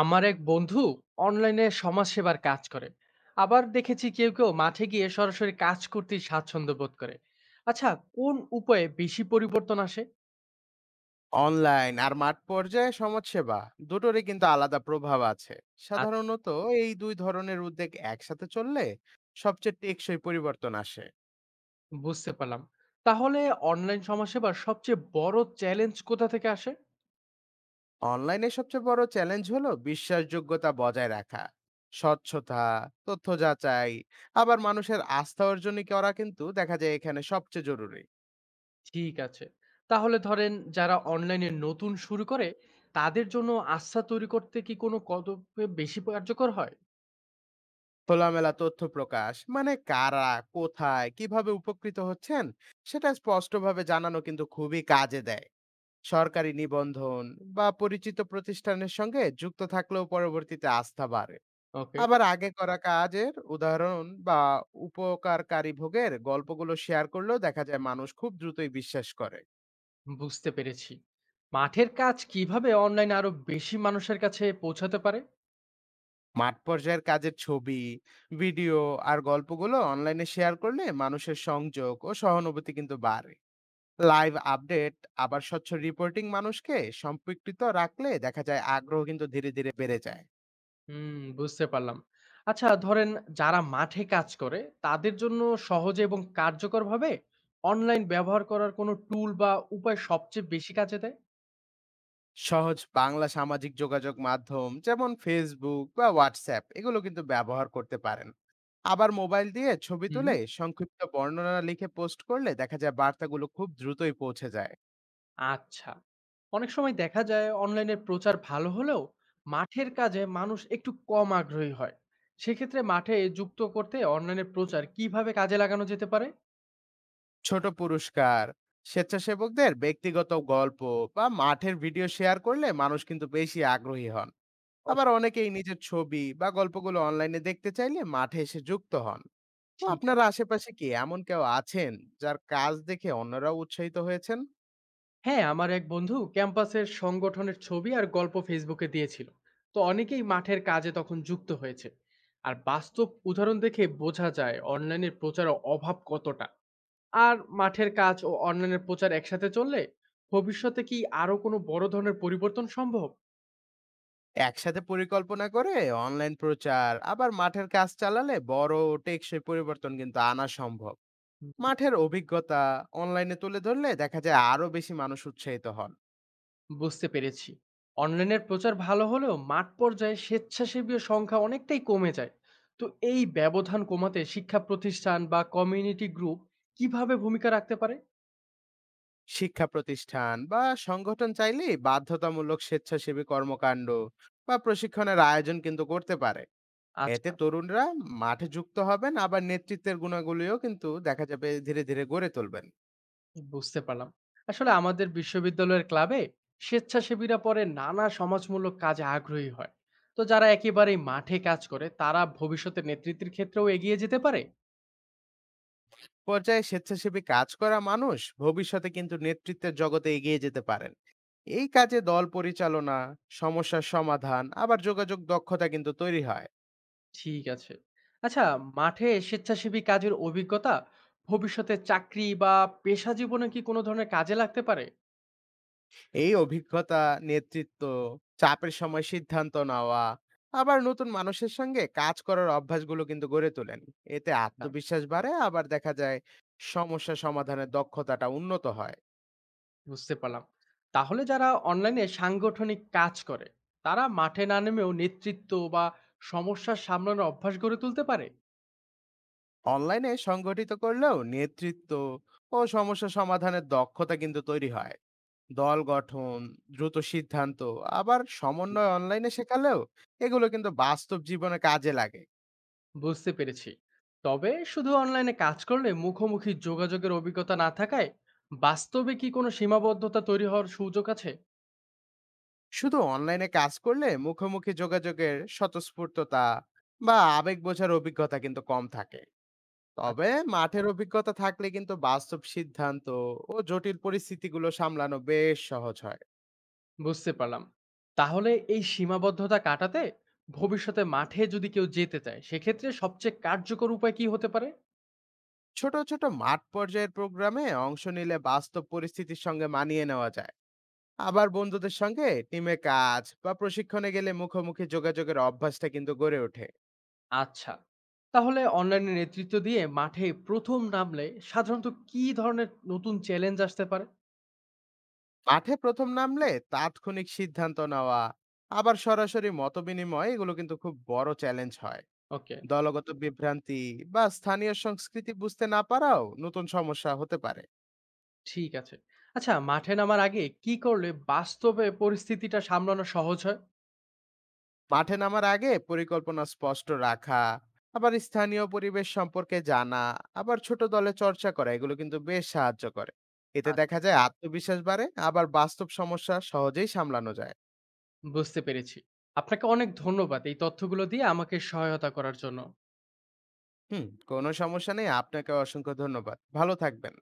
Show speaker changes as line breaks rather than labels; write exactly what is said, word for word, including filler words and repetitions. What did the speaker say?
আমার এক বন্ধু অনলাইনে সমাজসেবার কাজ করে, আবার দেখেছি কেউ কেউ মাঠে গিয়ে সরাসরি কাজ করতে স্বাচ্ছন্দ্য বোধ করে। আচ্ছা, কোন উপায়ে বেশি পরিবর্তন আসে?
অনলাইন আর মাঠ পর্যায়ে সমাজসেবা দুটোরই কিন্তু আলাদা প্রভাব আছে
আচ্ছা,
সাধারণত। এই দুই ধরনের উদ্যোগ একসাথে চললে সবচেয়ে টেকসই পরিবর্তন আসে।
বুঝতে পারলাম। তাহলে অনলাইন সমাজসেবার সবচেয়ে বড় চ্যালেঞ্জ কোথা থেকে আসে?
অনলাইনে সবচেয়ে বড় চ্যালেঞ্জ হলো বিশ্বাসযোগ্যতা বজায় রাখা, স্বচ্ছতা, তথ্য যাচাই, আবার মানুষের আস্থা অর্জন করা কিন্তু দেখা যায় এখানে সবচেয়ে জরুরি।
ঠিক আছে, তাহলে ধরেন যারা অনলাইনে নতুন শুরু করে তাদের জন্য আস্থা তৈরি করতে কি কোনো কত বেশি কার্যকর হয়?
খোলামেলা তথ্য প্রকাশ মানে কারা, কোথায়, কিভাবে উপকৃত হচ্ছেন, সেটা স্পষ্টভাবে জানানো কিন্তু খুবই কাজে দেয়। সরকারি নিবন্ধন বা পরিচিত প্রতিষ্ঠানের সঙ্গে যুক্ত থাকলেও পরবর্তীতে আস্থা বাড়ে।
ওকে।
আবার আগে করা কাজের উদাহরণ বা উপকারকারী ভোগের গল্পগুলো শেয়ার করলেও দেখা যায় মানুষ খুব দ্রুতই বিশ্বাস করে।
বুঝতে পেরেছি। মাঠের কাজ কিভাবে অনলাইনে আরো বেশি মানুষের কাছে পৌঁছাতে পারে?
মাঠ পর্যায়ের কাজের ছবি, ভিডিও আর গল্পগুলো অনলাইনে শেয়ার করলে মানুষের সংযোগ ও সহানুভূতি কিন্তু বাড়ে। লাইভ আপডেট আবার স্বচ্ছ রিপোর্টিং মানুষকে সম্পৃক্ত রাখলে দেখা যায় আগ্রহ কিন্তু ধীরে ধীরে বেড়ে যায়।
হুম, বুঝতে পারলাম। আচ্ছা, ধরেন যারা মাঠে কাজ করে তাদের জন্য সহজে এবং কার্যকরভাবে অনলাইন ব্যবহার করার কোনো টুল বা উপায় সবচেয়ে বেশি কাজে দেয়?
সহজ বাংলা সামাজিক যোগাযোগ মাধ্যম যেমন ফেসবুক বা হোয়াটসঅ্যাপ এগুলো কিন্তু ব্যবহার করতে পারেন। আবার মোবাইল দিয়ে ছবি
হুম
তুলে সংক্ষিপ্ত বর্ণনা লিখে পোস্ট করলে দেখা যায় বার্তাগুলো খুব দ্রুতই পৌঁছে যায়।
আচ্ছা। অনেক সময় দেখা যায় অনলাইনের প্রচার ভালো হলেও মাঠের কাজে মানুষ একটু কম আগ্রহী হয়। সেক্ষেত্রে মাঠে যুক্ত করতে অনলাইনের প্রচার কিভাবে কাজে লাগানো যেতে পারে?
ছোট পুরস্কার, স্বেচ্ছাসেবকদের ব্যক্তিগত গল্প বা মাঠের ভিডিও শেয়ার করলে মানুষ কিন্তু বেশি আগ্রহী হন। আবার
ওকে, ঠিক
অনেকেই নিজের ছবি বা গল্পগুলো অনলাইনে দেখতে চাইলে মাঠে এসে যুক্ত হন। তো
আছে।
আপনার আশেপাশে কি এমন কেউ আছেন যার কাজ দেখে অন্যরাও উৎসাহিত হয়েছেন?
হ্যাঁ, আমার এক বন্ধু ক্যাম্পাসের সংগঠনের ছবি আর গল্প ফেসবুকে দিয়েছিল। তো অনেকেই মাঠের কাজে তখন যুক্ত হয়েছে। আর বাস্তব উদাহরণ দেখে বোঝা যায় অনলাইনের প্রচারের অভাব কতটা। আর মাঠের কাজ ও অনলাইনের প্রচার একসাথে চললে ভবিষ্যতে কি আরো কোনো বড় ধরনের পরিবর্তন সম্ভব?
একসাথে পরিকল্পনা করে অনলাইন প্রচার আবার মাঠের কাজ চালালে বড় ও টেকসই পরিবর্তন কিন্তু আনা সম্ভব। মাঠের অভিজ্ঞতা অনলাইনে তুলে ধরলে দেখা যায় আরো বেশি মানুষ উৎসাহিত হন।
বুঝতে পেরেছি। অনলাইনের প্রচার ভালো হলেও মাঠ পর্যায়ে স্বেচ্ছাসেবীর সংখ্যা অনেকটাই কমে যায়। তো এই ব্যবধান কমাতে শিক্ষা প্রতিষ্ঠান বা কমিউনিটি গ্রুপ কিভাবে ভূমিকা রাখতে পারে?
শিক্ষা প্রতিষ্ঠান বা সংগঠন চাইলেই বাধ্যতামূলক স্বেচ্ছাসেবী কর্মকাণ্ড বা প্রশিক্ষণের আয়োজন কিন্তু করতে পারে। এতে
আচ্ছা,
তরুণরা মাঠে যুক্ত হবেন, আবার নেতৃত্বের গুণাগুলিও কিন্তু দেখা যাবে ধীরে ধীরে গড়ে তুলবেন।
বুঝতে পারলাম। আসলে আমাদের বিশ্ববিদ্যালয়ের ক্লাবে স্বেচ্ছাসেবীরা পরে নানা সমাজমূলক কাজে আগ্রহী হয়। তো যারা একেবারেই মাঠে কাজ করে তারা ভবিষ্যতে নেতৃত্বের ক্ষেত্রেও এগিয়ে যেতে পারে?
পর্যায়ে স্বেচ্ছাসেবী কাজ করা মানুষ ভবিষ্যতে কিন্তু নেতৃত্বের জগতে এগিয়ে যেতে পারেন। এই কাজে দল পরিচালনা, সমস্যার সমাধান আবার যোগাযোগ দক্ষতা কিন্তু তৈরি হয়।
ঠিক আছে। আচ্ছা, মাঠে স্বেচ্ছাসেবী কাজের অভিজ্ঞতা ভবিষ্যতে চাকরি বা পেশা জীবনে কি কোনো ধরনের কাজে লাগতে পারে?
এই অভিজ্ঞতা নেতৃত্ব, চাপের সময় সিদ্ধান্ত নেওয়া আবার নতুন মানুষের সঙ্গে কাজ করার অভ্যাসগুলো কিন্তু গড়ে তোলেন। এতে
না,
আত্মবিশ্বাস বাড়ে, আবার দেখা যায় সমস্যা সমাধানের দক্ষতাটা উন্নত হয়।
বুঝতে পারলাম। তাহলে যারা অনলাইনে সাংগঠনিক কাজ করে তারা মাঠে না নেমেও নেতৃত্ব বা সমস্যা সামলানোর অভ্যাস গড়ে তুলতে পারে?
অনলাইনে সংগঠিত করলেও নেতৃত্ব ও সমস্যা সমাধানের দক্ষতা কিন্তু তৈরি হয়। দল গঠন, দ্রুত সিদ্ধান্ত আবার সমন্বয় অনলাইনে শেখালেও এগুলো কিন্তু বাস্তব জীবনে কাজে লাগে।
বুঝতে পেরেছি। তবে শুধু অনলাইনে কাজ করলে মুখোমুখি যোগাযোগের অভিজ্ঞতা না থাকায় বাস্তবে কি কোনো সীমাবদ্ধতা তৈরি হওয়ার সুযোগ আছে?
শুধু অনলাইনে কাজ করলে মুখোমুখি যোগাযোগের স্বতঃস্ফূর্ততা বা আবেগ বোঝার অভিজ্ঞতা কিন্তু কম থাকে। তবে
আচ্ছা,
মাঠের অভিজ্ঞতা থাকলে কিন্তু বাস্তব সিদ্ধান্ত ও জটিল পরিস্থিতিগুলো সামলানো বেশ সহজ হয়।
বুঝতে পারলাম। তাহলে এই সীমাবদ্ধতা কাটাতে ভবিষ্যতে মাঠে যদি কেউ যেতে চায় সেক্ষেত্রে সবচেয়ে কার্যকর উপায় কি হতে পারে?
ছোট, ছোট মাঠ পর্যায়ের প্রোগ্রামে অংশ নিলে বাস্তব পরিস্থিতির সঙ্গে মানিয়ে নেওয়া যায়। আবার বন্ধুদের সঙ্গে টিমে কাজ বা প্রশিক্ষণে গেলে মুখোমুখি যোগাযোগের অভ্যাসটা কিন্তু গড়ে ওঠে।
আচ্ছা, তাহলে অনলাইনে নেতৃত্ব দিয়ে মাঠে প্রথম নামলে সাধারণত কি ধরনের নতুন চ্যালেঞ্জ আসতে পারে?
মাঠে প্রথম নামলে তাৎক্ষণিক সিদ্ধান্ত নেওয়া আবার সরাসরি মতবিনিময় এগুলো কিন্তু খুব বড় চ্যালেঞ্জ হয়।
ওকে,
দলগত বিভ্রান্তি বা স্থানীয় সংস্কৃতি বুঝতে না পারাও নতুন সমস্যা হতে পারে।
ঠিক আছে। আচ্ছা, মাঠে নামার আগে কি করলে বাস্তবে পরিস্থিতিটা সামলানো সহজ হয়?
মাঠে নামার আগে পরিকল্পনা স্পষ্ট রাখা, আবার স্থানীয় পরিবেশ সম্পর্কে জানা, আবার ছোট দলে চর্চা করা এগুলো কিন্তু বেশ সাহায্য করে। এতে
আচ্ছা,
দেখা যায় আত্মবিশ্বাস বাড়ে, আবার বাস্তব সমস্যা সহজেই সামলানো যায়।
বুঝতে পেরেছি। আপনাকে অনেক ধন্যবাদ এই তথ্যগুলো দিয়ে আমাকে সহায়তা করার জন্য।
হুম, কোনো সমস্যা নেই। আপনাকে অসংখ্য ধন্যবাদ, ভালো থাকবেন।